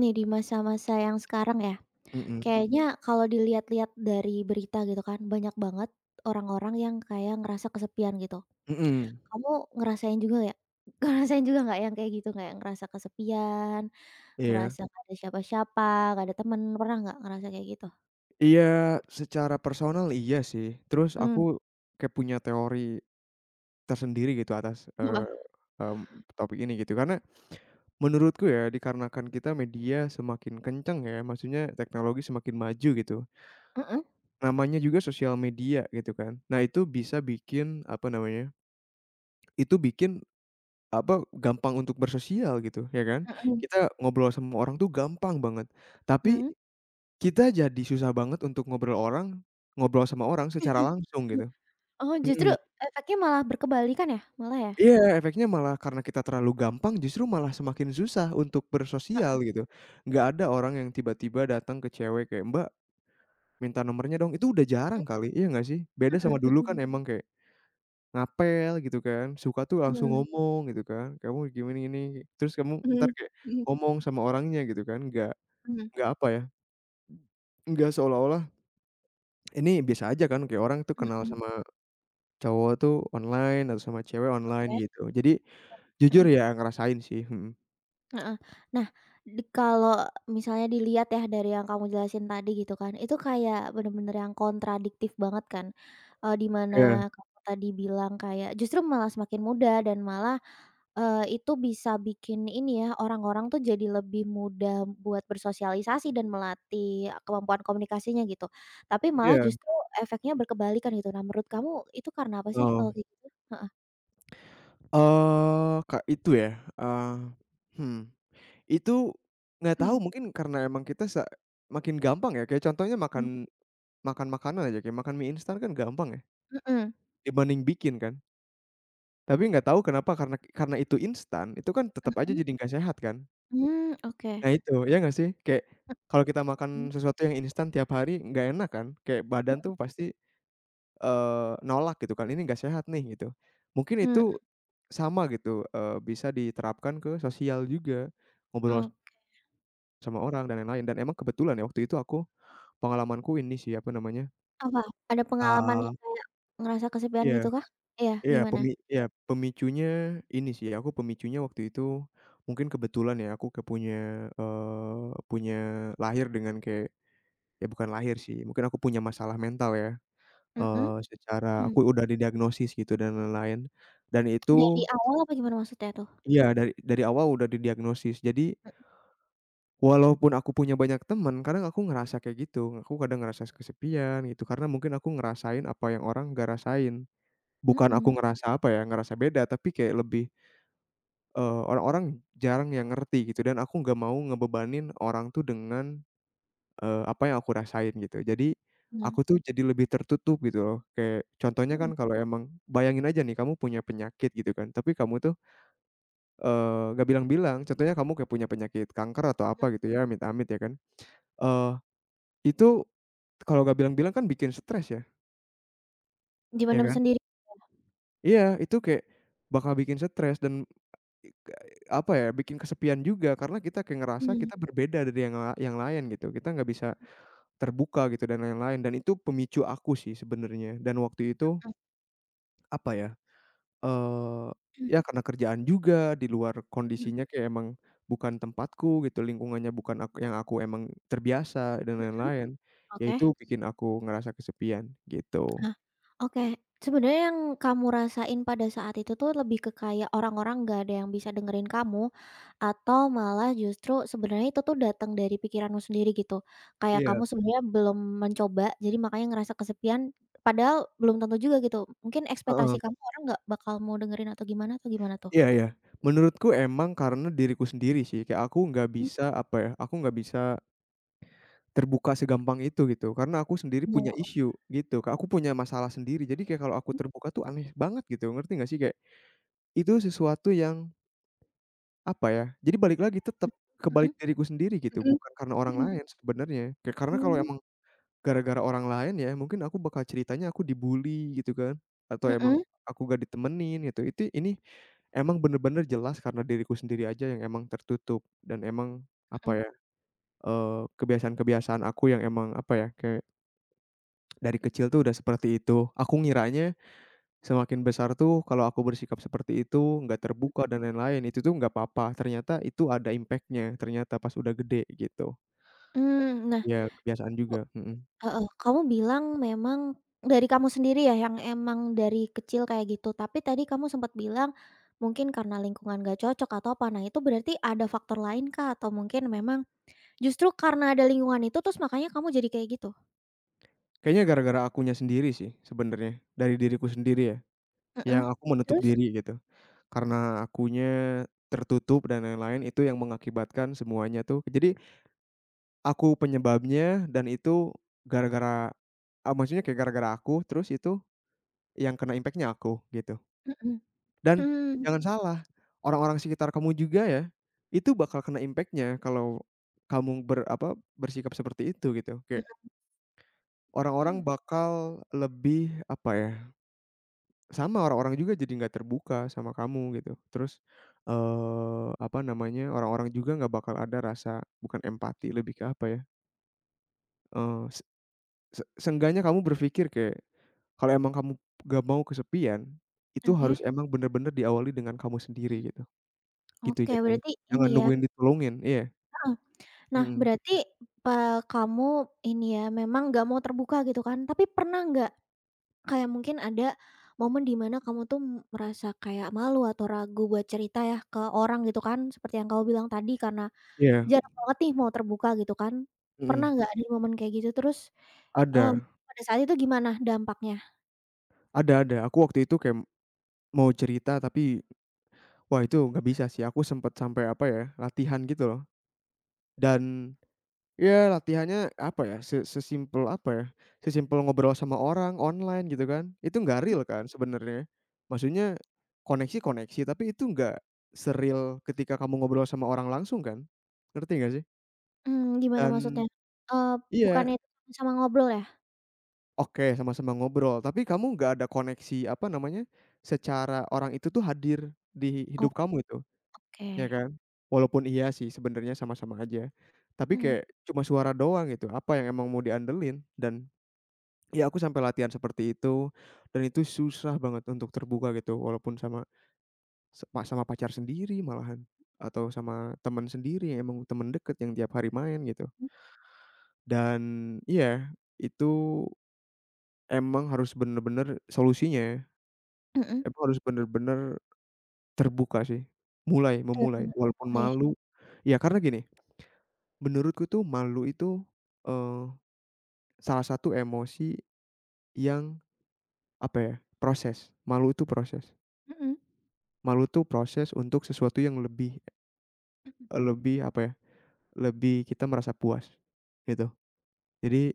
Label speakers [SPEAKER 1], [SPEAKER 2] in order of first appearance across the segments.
[SPEAKER 1] Nih di masa-masa yang sekarang ya,
[SPEAKER 2] Mhm
[SPEAKER 1] kayaknya kalau dilihat-lihat dari berita gitu kan, banyak banget orang-orang yang kayak ngerasa kesepian gitu.
[SPEAKER 2] mhm,
[SPEAKER 1] Kamu ngerasain juga ya? Ngerasain juga nggak yang kayak gitu, kayak ngerasa kesepian,
[SPEAKER 2] iya
[SPEAKER 1] ngerasa nggak ada siapa-siapa, nggak ada temen, pernah nggak ngerasa kayak gitu?
[SPEAKER 2] iya, secara personal iya sih, terus aku
[SPEAKER 1] Mmm,
[SPEAKER 2] kayak punya teori tersendiri gitu atas,
[SPEAKER 1] wah.
[SPEAKER 2] mmm, topik ini gitu karena menurutku ya dikarenakan kita media semakin kencang ya maksudnya teknologi semakin maju gitu,
[SPEAKER 1] Mhm
[SPEAKER 2] namanya juga sosial media gitu kan. Nah itu bisa bikin apa namanya, itu bikin apa, gampang untuk bersosial gitu ya kan,
[SPEAKER 1] Mhm.
[SPEAKER 2] kita ngobrol sama orang tuh gampang banget
[SPEAKER 1] mhm
[SPEAKER 2] tapi
[SPEAKER 1] mhm.
[SPEAKER 2] kita jadi susah banget untuk ngobrol sama orang secara langsung
[SPEAKER 1] Mhm.
[SPEAKER 2] gitu.
[SPEAKER 1] Oh,
[SPEAKER 2] Mhm.
[SPEAKER 1] efeknya malah berkebalikan ya, malah ya?
[SPEAKER 2] Iya, efeknya malah karena kita terlalu gampang justru malah semakin susah untuk
[SPEAKER 1] Heeh.
[SPEAKER 2] bersosial gitu. Nggak ada orang yang tiba-tiba datang ke cewek kayak, "Mbak, minta nomornya dong." Itu udah jarang kali, iya nggak sih? Beda
[SPEAKER 1] Mhm
[SPEAKER 2] sama dulu
[SPEAKER 1] mhm
[SPEAKER 2] kan emang kayak ngapel gitu kan, suka tuh
[SPEAKER 1] Mhm
[SPEAKER 2] langsung
[SPEAKER 1] mhm.
[SPEAKER 2] ngomong gitu kan, "Kamu gimana ini, terus kamu entar
[SPEAKER 1] mhm
[SPEAKER 2] kayak
[SPEAKER 1] mhm
[SPEAKER 2] ngomong sama orangnya gitu kan,
[SPEAKER 1] mhm mhm.
[SPEAKER 2] nggak apa ya, nggak seolah-olah ini biasa aja kan kayak orang tuh
[SPEAKER 1] Mhm
[SPEAKER 2] kenal
[SPEAKER 1] mhm.
[SPEAKER 2] sama cowok tuh online atau sama cewek online
[SPEAKER 1] Oke.
[SPEAKER 2] gitu. Jadi jujur
[SPEAKER 1] Mhm.
[SPEAKER 2] ya ngerasain sih, mhm.
[SPEAKER 1] Heeh. Nah, kalau misalnya dilihat ya dari yang kamu jelasin tadi gitu kan, itu kayak bener-bener yang kontradiktif banget kan, di
[SPEAKER 2] Iya
[SPEAKER 1] mana kamu tadi bilang kayak justru malah semakin muda dan malah, itu bisa bikin ini ya, orang-orang tuh jadi lebih mudah buat bersosialisasi dan melatih kemampuan komunikasinya gitu. Tapi malah
[SPEAKER 2] iya,
[SPEAKER 1] justru efeknya berkebalikan gitu. Nah, menurut kamu itu karena apa sih
[SPEAKER 2] heeh.
[SPEAKER 1] kalau kayak gitu? Heeh.
[SPEAKER 2] Kak, itu ya, eee, hmm, itu nggak tahu mungkin karena emang kita se makin gampang ya, kayak contohnya
[SPEAKER 1] Mhm,
[SPEAKER 2] makan makan makanan aja, kayak makan mie instan kan gampang ya,
[SPEAKER 1] mhm,
[SPEAKER 2] dibanding bikin kan. Tapi nggak tahu kenapa karena itu instan, itu kan tetap aja
[SPEAKER 1] mhm.
[SPEAKER 2] jadi nggak sehat kan.
[SPEAKER 1] Mmm, oke.
[SPEAKER 2] Nah itu, ya nggak sih? Kayak kalau kita
[SPEAKER 1] Mhm.
[SPEAKER 2] makan sesuatu yang instan tiap hari nggak enak kan, kayak badan tuh pasti nolak gitu kan, "Ini nggak sehat nih," gitu. Mungkin
[SPEAKER 1] Mmm,
[SPEAKER 2] itu sama gitu, bisa diterapkan ke sosial juga, ngobrol
[SPEAKER 1] oke.
[SPEAKER 2] sama orang dan lain-lain dan emang kebetulan ya waktu itu aku pengalamanku ini sih, apa namanya,
[SPEAKER 1] Apa? Ada pengalaman
[SPEAKER 2] ah.
[SPEAKER 1] yang kayak ngerasa kesepian
[SPEAKER 2] iya
[SPEAKER 1] gitu kah? Iya,
[SPEAKER 2] iya
[SPEAKER 1] gimana?
[SPEAKER 2] pemi iya Pemicunya ini sih, aku pemicunya waktu itu mungkin kebetulan ya aku ke punya, eee, punya lahir dengan kayak ya bukan lahir sih, mungkin aku punya masalah mental ya,
[SPEAKER 1] Mhm,
[SPEAKER 2] secara
[SPEAKER 1] mmm.
[SPEAKER 2] aku udah didiagnosis gitu dan lain-lain dan itu
[SPEAKER 1] Dari awal apa gimana maksudnya tuh?
[SPEAKER 2] iya, dari awal udah didiagnosis. Jadi, walaupun aku punya banyak teman, kadang aku ngerasa kayak gitu. Aku kadang ngerasa kesepian gitu, karena mungkin aku ngerasain apa yang orang nggak rasain. Bukan
[SPEAKER 1] Mhm,
[SPEAKER 2] aku ngerasa apa ya, ngerasa beda, tapi kayak lebih, orang-orang jarang yang ngerti gitu dan aku nggak mau ngebebanin orang tuh dengan, apa yang aku rasain gitu. Jadi,
[SPEAKER 1] mmm,
[SPEAKER 2] aku tuh jadi lebih tertutup gitu loh. Kayak contohnya
[SPEAKER 1] mhm.
[SPEAKER 2] kan kalau emang bayangin aja nih kamu punya penyakit gitu kan, tapi kamu tuh nggak bilang-bilang, contohnya kamu kayak punya penyakit kanker atau apa gitu ya, amit-amit ya kan, eee, itu kalau nggak bilang-bilang kan bikin stres ya, ya
[SPEAKER 1] Dipendam
[SPEAKER 2] kan?
[SPEAKER 1] sendiri?
[SPEAKER 2] Iya, itu kayak bakal bikin stres dan, apa ya, bikin kesepian juga karena kita kayak ngerasa
[SPEAKER 1] Mmm,
[SPEAKER 2] kita berbeda dari yang lain gitu, kita nggak bisa terbuka gitu dan lain-lain dan itu pemicu aku sih sebenarnya dan waktu itu,
[SPEAKER 1] mhm
[SPEAKER 2] apa ya, Eee,
[SPEAKER 1] mhm
[SPEAKER 2] ya karena kerjaan juga, di luar
[SPEAKER 1] mhm,
[SPEAKER 2] kondisinya kayak emang bukan tempatku gitu, lingkungannya bukan aku yang aku emang terbiasa dan lain-lain, ya
[SPEAKER 1] oke.
[SPEAKER 2] itu bikin aku ngerasa kesepian, gitu.
[SPEAKER 1] Ah, oke. Sebenarnya yang kamu rasain pada saat itu tuh lebih ke kayak orang-orang nggak ada yang bisa dengerin kamu, atau malah justru sebenarnya itu tuh datang dari pikiranmu sendiri gitu? Kayak
[SPEAKER 2] Iya,
[SPEAKER 1] kamu sebenarnya belum mencoba, jadi makanya ngerasa kesepian, padahal belum tentu juga gitu. Mungkin ekspektasi
[SPEAKER 2] heeh,
[SPEAKER 1] kamu orang nggak bakal mau dengerin atau gimana tuh?
[SPEAKER 2] iya iya. Menurutku emang karena diriku sendiri sih, kayak aku nggak
[SPEAKER 1] Mmm,
[SPEAKER 2] bisa, apa ya, aku nggak bisa terbuka segampang itu gitu, karena aku sendiri punya
[SPEAKER 1] wow,
[SPEAKER 2] issue gitu, Kak, aku punya masalah sendiri, jadi kayak kalau aku
[SPEAKER 1] mhm,
[SPEAKER 2] terbuka tuh aneh banget gitu, ngerti nggak sih? Kayak, itu sesuatu yang apa ya, jadi balik lagi tetep, ke
[SPEAKER 1] mhm.
[SPEAKER 2] balik diriku sendiri gitu,
[SPEAKER 1] Mhm
[SPEAKER 2] bukan karena orang
[SPEAKER 1] mhm.
[SPEAKER 2] lain sebenarnya. Kayak karena kalau
[SPEAKER 1] Mmm,
[SPEAKER 2] emang gara-gara orang lain ya, mungkin aku bakal ceritanya aku di gitu kan, atau emang
[SPEAKER 1] mhm
[SPEAKER 2] aku gak ditemenin gitu. Itu ini emang bener-bener jelas karena diriku sendiri aja yang emang tertutup dan emang apa
[SPEAKER 1] mhm.
[SPEAKER 2] ya, kebiasaan-kebiasaan aku yang emang apa ya, kayak dari kecil tuh udah seperti itu. Aku ngiranya semakin besar tuh kalau aku bersikap seperti itu, nggak terbuka dan lain-lain, itu tuh nggak apa-apa ternyata itu ada impact-nya, ternyata pas udah gede gitu.
[SPEAKER 1] Mmm, nah.
[SPEAKER 2] Ya kebiasaan juga, mhm.
[SPEAKER 1] Heeh, kamu bilang memang dari kamu sendiri ya yang emang dari kecil kayak gitu, tapi tadi kamu sempat bilang mungkin karena lingkungan gak cocok atau apa. Nah, itu berarti ada faktor lain kah? Atau mungkin memang justru karena ada lingkungan itu terus makanya kamu jadi kayak gitu?
[SPEAKER 2] Kayaknya gara-gara akunya sendiri sih sebenarnya, dari diriku sendiri ya, yang
[SPEAKER 1] Mhm.
[SPEAKER 2] aku menutup
[SPEAKER 1] Terus?
[SPEAKER 2] diri gitu. Karena akunya tertutup dan lain-lain, itu yang mengakibatkan semuanya tuh jadi aku penyebabnya dan itu gara-gara, maksudnya kayak gara-gara aku, terus itu yang kena impact-nya aku gitu.
[SPEAKER 1] Mhm,
[SPEAKER 2] Dan
[SPEAKER 1] mmm.
[SPEAKER 2] jangan salah, orang-orang sekitar kamu juga ya, itu bakal kena impact-nya kalau bersikap seperti itu gitu.
[SPEAKER 1] Mhm
[SPEAKER 2] Kayak
[SPEAKER 1] mhm.
[SPEAKER 2] orang-orang bakal lebih apa ya, sama orang-orang juga jadi nggak terbuka sama kamu gitu. Terus, apa namanya, orang-orang juga nggak bakal ada rasa bukan empati, lebih ke apa ya, eee, se se seenggaknya kamu berpikir kayak kalau emang kamu nggak mau kesepian, itu
[SPEAKER 1] Mhm,
[SPEAKER 2] harus emang bener-bener diawali dengan kamu sendiri gitu.
[SPEAKER 1] oke,
[SPEAKER 2] Gitu
[SPEAKER 1] oke,
[SPEAKER 2] jatuhnya,
[SPEAKER 1] berarti ini
[SPEAKER 2] jangan
[SPEAKER 1] ya.
[SPEAKER 2] nungguin ditolongin, iya,
[SPEAKER 1] Heeh. Nah
[SPEAKER 2] mhm,
[SPEAKER 1] berarti, kamu ini ya memang gak mau terbuka gitu kan, tapi pernah nggak, kayak mungkin ada momen di mana kamu tuh merasa kayak malu atau ragu buat cerita ya ke orang gitu kan, seperti yang kamu bilang tadi karena
[SPEAKER 2] iya,
[SPEAKER 1] jarang banget nih mau terbuka gitu kan. Pernah
[SPEAKER 2] mhm,
[SPEAKER 1] nggak ada momen kayak gitu? Terus,
[SPEAKER 2] ada
[SPEAKER 1] eee, pada saat itu gimana dampaknya?
[SPEAKER 2] ada, aku waktu itu kayak mau cerita tapi, wah itu nggak bisa sih, aku sempet sampai apa ya, latihan gitu loh, dan ya latihannya apa ya, sesimpel apa ya, sesimpel ngobrol sama orang online gitu kan, itu nggak real kan sebenarnya. Maksudnya koneksi-koneksi, tapi itu nggak se-real ketika kamu ngobrol sama orang langsung kan, ngerti nggak sih?
[SPEAKER 1] Mmm, gimana maksudnya?
[SPEAKER 2] Dan
[SPEAKER 1] Eee,
[SPEAKER 2] iya.
[SPEAKER 1] bukannya itu sama ngobrol ya?
[SPEAKER 2] Oke, sama-sama ngobrol. Tapi kamu nggak ada koneksi, apa namanya, secara orang itu tuh hadir di hidup kamu itu, ya
[SPEAKER 1] Oke.
[SPEAKER 2] kan? Walaupun iya sih sebenarnya sama-sama aja, tapi
[SPEAKER 1] Mmm,
[SPEAKER 2] kayak cuma suara doang gitu, apa yang emang mau diandelin dan ya aku sampai latihan seperti itu dan itu susah banget untuk terbuka gitu walaupun sama sama pacar sendiri malahan atau sama teman sendiri yang emang teman deket yang tiap hari main gitu. Dan iya, itu emang harus bener-bener solusinya
[SPEAKER 1] mhm.
[SPEAKER 2] emang harus bener-bener terbuka sih, mulai
[SPEAKER 1] Terus,
[SPEAKER 2] memulai walaupun
[SPEAKER 1] mulai.
[SPEAKER 2] malu. Ya karena gini, menurutku tuh malu itu, eee, salah satu emosi yang apa ya, proses, malu itu proses.
[SPEAKER 1] Mhm,
[SPEAKER 2] Malu tuh proses untuk sesuatu yang lebih
[SPEAKER 1] mhm,
[SPEAKER 2] lebih apa ya, lebih kita merasa puas, gitu. Jadi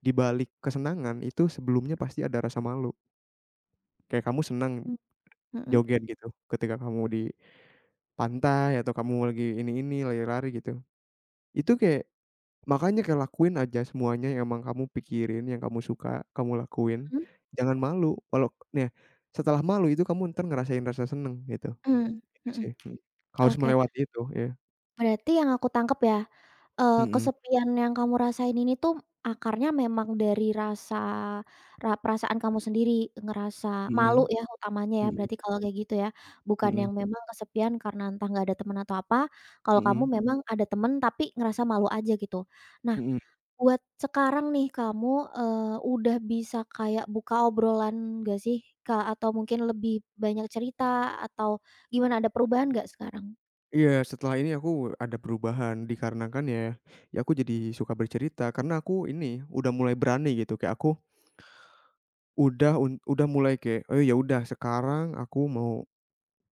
[SPEAKER 2] di balik kesenangan itu sebelumnya pasti ada rasa malu. Kayak kamu senang
[SPEAKER 1] mhm, mhm,
[SPEAKER 2] joget gitu, ketika kamu di pantai atau kamu lagi ini-ini, lari-lari gitu. Itu kayak makanya kayak lakuin aja semuanya yang emang kamu pikirin, yang kamu suka, kamu lakuin. Jangan malu, walau nih setelah malu itu kamu entar ngerasain rasa seneng gitu,
[SPEAKER 1] mhm,
[SPEAKER 2] itu
[SPEAKER 1] mhm.
[SPEAKER 2] sih, mhm. Harus
[SPEAKER 1] Oke.
[SPEAKER 2] melewati itu, iya.
[SPEAKER 1] Berarti yang aku tangkap ya, Eee,
[SPEAKER 2] Mhm
[SPEAKER 1] kesepian yang kamu rasain ini tuh akarnya memang dari rasa ra perasaan kamu sendiri, ngerasa
[SPEAKER 2] mhm
[SPEAKER 1] malu ya utamanya ya,
[SPEAKER 2] mhm
[SPEAKER 1] berarti kalau kayak gitu ya? Bukan
[SPEAKER 2] mhm
[SPEAKER 1] yang memang kesepian karena entah nggak ada teman atau apa, kalau kamu
[SPEAKER 2] mhm
[SPEAKER 1] memang ada teman tapi ngerasa malu aja gitu. Nah,
[SPEAKER 2] mhm.
[SPEAKER 1] buat sekarang nih kamu, eee, udah bisa kayak buka obrolan nggak sih, Kak? Atau mungkin lebih banyak cerita atau gimana, ada perubahan nggak sekarang?
[SPEAKER 2] Iya, setelah ini aku ada perubahan dikarenakan ya, ya aku jadi suka bercerita karena aku ini udah mulai berani gitu, kayak aku udah mulai kayak, "Oh ya udah sekarang aku mau,"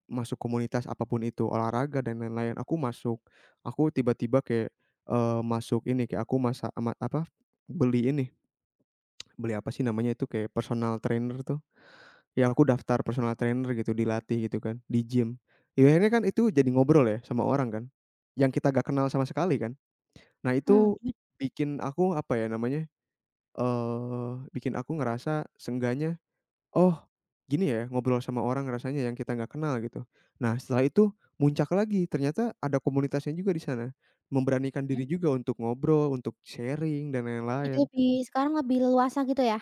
[SPEAKER 2] masuk komunitas apapun itu, olahraga dan lain-lain, aku masuk. Aku tiba-tiba kayak, masuk ini, kayak aku masa ama apa, beli ini, beli apa sih namanya itu, kayak personal trainer tuh. Ya aku daftar personal trainer gitu, dilatih gitu kan, di gym. Ya akhirnya kan itu jadi ngobrol ya sama orang kan, yang kita gak kenal sama sekali kan. Nah itu
[SPEAKER 1] Mmm,
[SPEAKER 2] bikin aku, apa ya namanya, bikin aku ngerasa seenggaknya oh, gini ya, ngobrol sama orang rasanya yang kita nggak kenal gitu. Nah, setelah itu muncak lagi, ternyata ada komunitasnya juga di sana. Memberanikan
[SPEAKER 1] mhm.
[SPEAKER 2] diri juga untuk ngobrol, untuk sharing dan
[SPEAKER 1] Jadi
[SPEAKER 2] lain-lain.
[SPEAKER 1] lebih sekarang lebih leluasa gitu ya?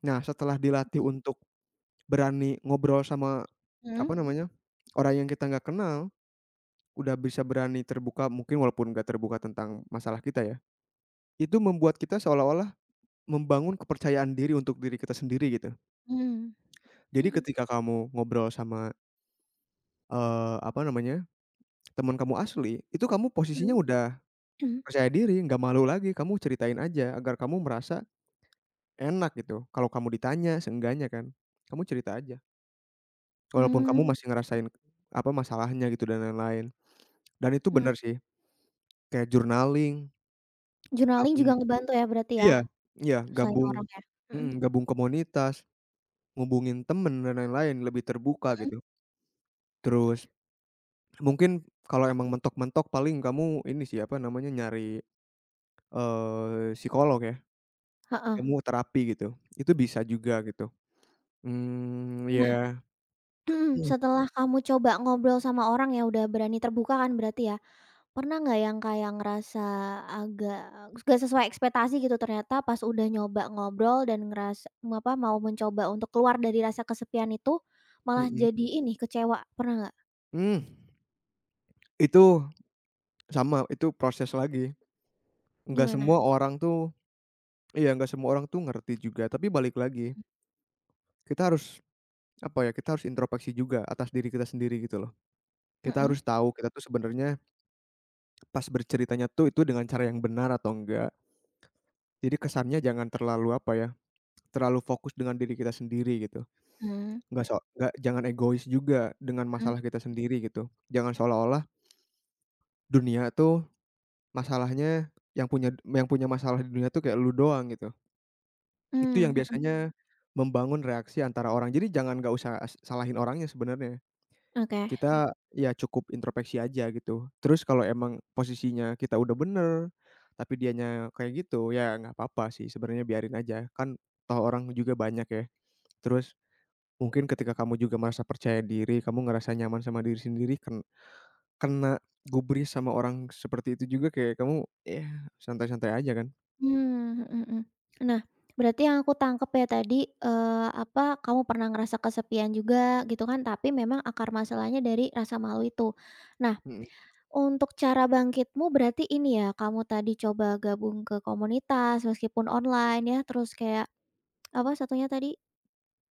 [SPEAKER 2] Nah, setelah dilatih untuk berani ngobrol sama
[SPEAKER 1] Mhm
[SPEAKER 2] apa namanya? Orang yang kita nggak kenal, udah bisa berani terbuka mungkin walaupun nggak terbuka tentang masalah kita ya. Itu membuat kita seolah-olah membangun kepercayaan diri untuk diri kita sendiri gitu.
[SPEAKER 1] mhm.
[SPEAKER 2] Jadi ketika kamu ngobrol sama, apa namanya, teman kamu asli, itu kamu
[SPEAKER 1] Mhm
[SPEAKER 2] posisinya udah
[SPEAKER 1] mhm.
[SPEAKER 2] percaya diri, nggak malu lagi, kamu ceritain aja agar kamu merasa enak gitu. Kalau kamu ditanya seenggaknya kan, kamu cerita aja. Walaupun
[SPEAKER 1] Mmm,
[SPEAKER 2] kamu, mmm, masih ngerasain, apa, masalahnya gitu dan lain-lain. Dan itu
[SPEAKER 1] mhm.
[SPEAKER 2] bener sih, kayak journaling,
[SPEAKER 1] Journaling
[SPEAKER 2] gabung
[SPEAKER 1] juga ngebantu ya berarti ya?
[SPEAKER 2] iya iya,
[SPEAKER 1] Selain
[SPEAKER 2] gabung
[SPEAKER 1] orang ya? Mhm
[SPEAKER 2] mhm, gabung komunitas, ngubungin temen dan lain-lain, lebih terbuka
[SPEAKER 1] mhm,
[SPEAKER 2] gitu. Terus mungkin kalau emang mentok-mentok paling kamu ini sih, apa namanya, nyari, psikolog ya.
[SPEAKER 1] heeh.
[SPEAKER 2] Kamu terapi gitu, itu bisa juga gitu. Mmm,
[SPEAKER 1] Nah,
[SPEAKER 2] iya,
[SPEAKER 1] mhm,
[SPEAKER 2] mmm,
[SPEAKER 1] setelah kamu coba ngobrol sama orang ya udah berani terbuka kan berarti ya, pernah nggak yang kayak ngerasa agak nggak sesuai ekspektasi gitu ternyata pas udah nyoba ngobrol dan mau mencoba untuk keluar dari rasa kesepian itu, malah
[SPEAKER 2] mhm,
[SPEAKER 1] jadi ini, kecewa, pernah nggak?
[SPEAKER 2] mmm, itu sama, itu proses lagi. Nggak
[SPEAKER 1] Gimana?
[SPEAKER 2] semua orang tuh Iya, nggak semua orang tuh ngerti juga, tapi balik lagi, kita harus, apa ya, kita harus introspeksi juga atas diri kita sendiri gitu loh. Kita
[SPEAKER 1] Mhm,
[SPEAKER 2] harus tahu kita tuh sebenarnya pas berceritanya tuh itu dengan cara yang benar atau enggak. Jadi kesannya jangan terlalu, apa ya, terlalu fokus dengan diri kita sendiri gitu.
[SPEAKER 1] mmm,
[SPEAKER 2] Nggak so nggak Jangan egois juga dengan
[SPEAKER 1] mhm,
[SPEAKER 2] masalah kita sendiri gitu. Jangan seolah-olah dunia tuh masalahnya yang punya masalah di dunia tuh kayak lu doang gitu. Itu
[SPEAKER 1] mmm,
[SPEAKER 2] yang, mmm,
[SPEAKER 1] mhm,
[SPEAKER 2] biasanya membangun reaksi antara orang. Jadi jangan nggak usah salahin orangnya sebenarnya. Mmm.
[SPEAKER 1] oke.
[SPEAKER 2] Kita ya cukup introspeksi aja gitu. Terus kalau emang posisinya kita udah bener, tapi dianya kayak gitu, ya nggak apa-apa sih sebenarnya biarin aja. Kan toh orang juga banyak ya. Terus mungkin ketika kamu juga merasa percaya diri, kamu ngerasa nyaman sama diri sendiri, kena gubris sama orang seperti itu juga kayak kamu ya santai-santai aja kan?
[SPEAKER 1] Mmm, mhm, mhm. Nah, berarti yang aku tangkep ya tadi, apa, kamu pernah ngerasa kesepian juga gitu kan, tapi memang akar masalahnya dari rasa malu itu. Nah,
[SPEAKER 2] Mhm
[SPEAKER 1] untuk cara bangkitmu berarti ini ya, kamu tadi coba gabung ke komunitas meskipun online ya, terus kayak, apa satunya tadi?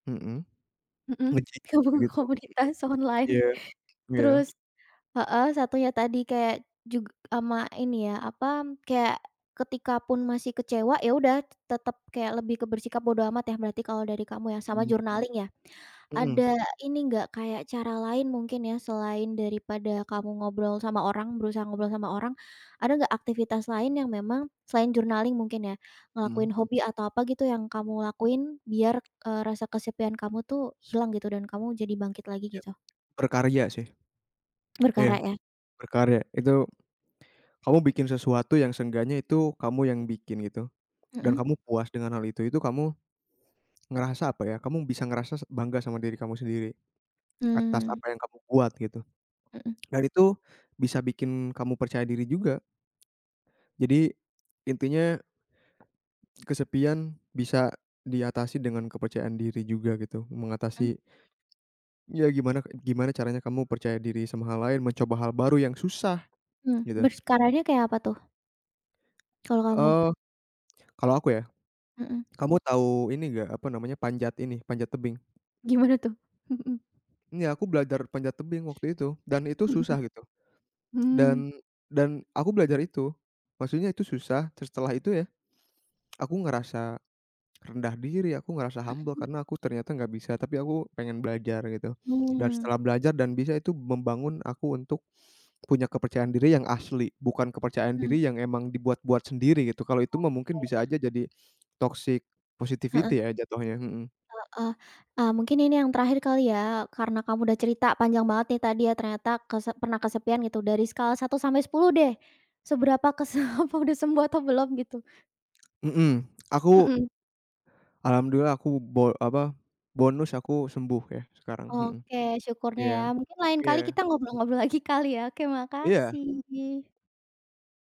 [SPEAKER 2] mhm.
[SPEAKER 1] Mhm.
[SPEAKER 2] Nge-gym
[SPEAKER 1] Gabung ke
[SPEAKER 2] gitu-gitu.
[SPEAKER 1] komunitas online,
[SPEAKER 2] Iya iya.
[SPEAKER 1] terus. Heeh, satunya tadi kayak jug sama ini ya, apa, kayak ketika pun masih kecewa, ya udah tetap kayak lebih ke bersikap bodo amat ya berarti kalau dari kamu ya, sama
[SPEAKER 2] Mhm
[SPEAKER 1] journaling ya?
[SPEAKER 2] mhm
[SPEAKER 1] Ada ini nggak kayak cara lain mungkin ya selain daripada kamu ngobrol sama orang, berusaha ngobrol sama orang, ada nggak aktivitas lain yang memang selain journaling mungkin ya,
[SPEAKER 2] mhm.
[SPEAKER 1] ngelakuin hobi atau apa gitu yang kamu lakuin biar, rasa kesepian kamu tuh hilang gitu dan kamu jadi bangkit lagi
[SPEAKER 2] Iya.
[SPEAKER 1] gitu?
[SPEAKER 2] Berkarya sih. Iya,
[SPEAKER 1] Berkarya ya?
[SPEAKER 2] berkarya. Itu kamu bikin sesuatu yang seenggaknya itu kamu yang bikin gitu dan
[SPEAKER 1] Mhm.
[SPEAKER 2] kamu puas dengan hal itu kamu ngerasa apa ya, kamu bisa ngerasa bangga sama diri kamu sendiri atas
[SPEAKER 1] Mmm,
[SPEAKER 2] apa yang kamu buat gitu
[SPEAKER 1] mhm.
[SPEAKER 2] dan itu bisa bikin kamu percaya diri juga. Jadi intinya kesepian bisa diatasi dengan kepercayaan diri juga gitu, mengatasi ya gimana gimana caranya kamu percaya diri sama hal lain, mencoba hal baru yang susah
[SPEAKER 1] Mhm,
[SPEAKER 2] gitu.
[SPEAKER 1] berkaranya kayak apa tuh kalau kamu?
[SPEAKER 2] Eee, Kalau aku ya,
[SPEAKER 1] Mhm.
[SPEAKER 2] kamu tahu ini nggak, apa namanya, panjat ini, panjat tebing?
[SPEAKER 1] Gimana tuh? Mhm.
[SPEAKER 2] Ini aku belajar panjat tebing waktu itu dan itu
[SPEAKER 1] Mhm.
[SPEAKER 2] susah gitu,
[SPEAKER 1] Mmm.
[SPEAKER 2] dan dan aku belajar itu, maksudnya itu susah, terus setelah itu ya, aku ngerasa rendah diri, aku ngerasa humble karena aku ternyata nggak bisa, tapi aku pengen belajar gitu. Dan
[SPEAKER 1] Mhm,
[SPEAKER 2] setelah belajar dan bisa itu membangun aku untuk punya kepercayaan diri yang asli, bukan kepercayaan
[SPEAKER 1] mmm, mmm,
[SPEAKER 2] diri yang emang dibuat-buat sendiri gitu. Kalau itu mah mungkin bisa
[SPEAKER 1] oke,
[SPEAKER 2] aja jadi toxic
[SPEAKER 1] heeh
[SPEAKER 2] positivity ya jatuhnya, mhm.
[SPEAKER 1] heeh. Mungkin ini yang terakhir kali ya, karena kamu udah cerita panjang banget nih tadi ya ternyata pernah kesepian gitu, dari skala 1 sampai 10 deh, seberapa kesel apa udah sembuh atau belum gitu?
[SPEAKER 2] Mhm, aku
[SPEAKER 1] Mhm.
[SPEAKER 2] alhamdulillah bonus aku sembuh ya sekarang, mhm.
[SPEAKER 1] Oke, syukurnya
[SPEAKER 2] Iya
[SPEAKER 1] ya, mungkin lain kali
[SPEAKER 2] iya
[SPEAKER 1] kita ngobrol-ngobrol lagi kali ya. Oke,
[SPEAKER 2] iya.
[SPEAKER 1] makasih.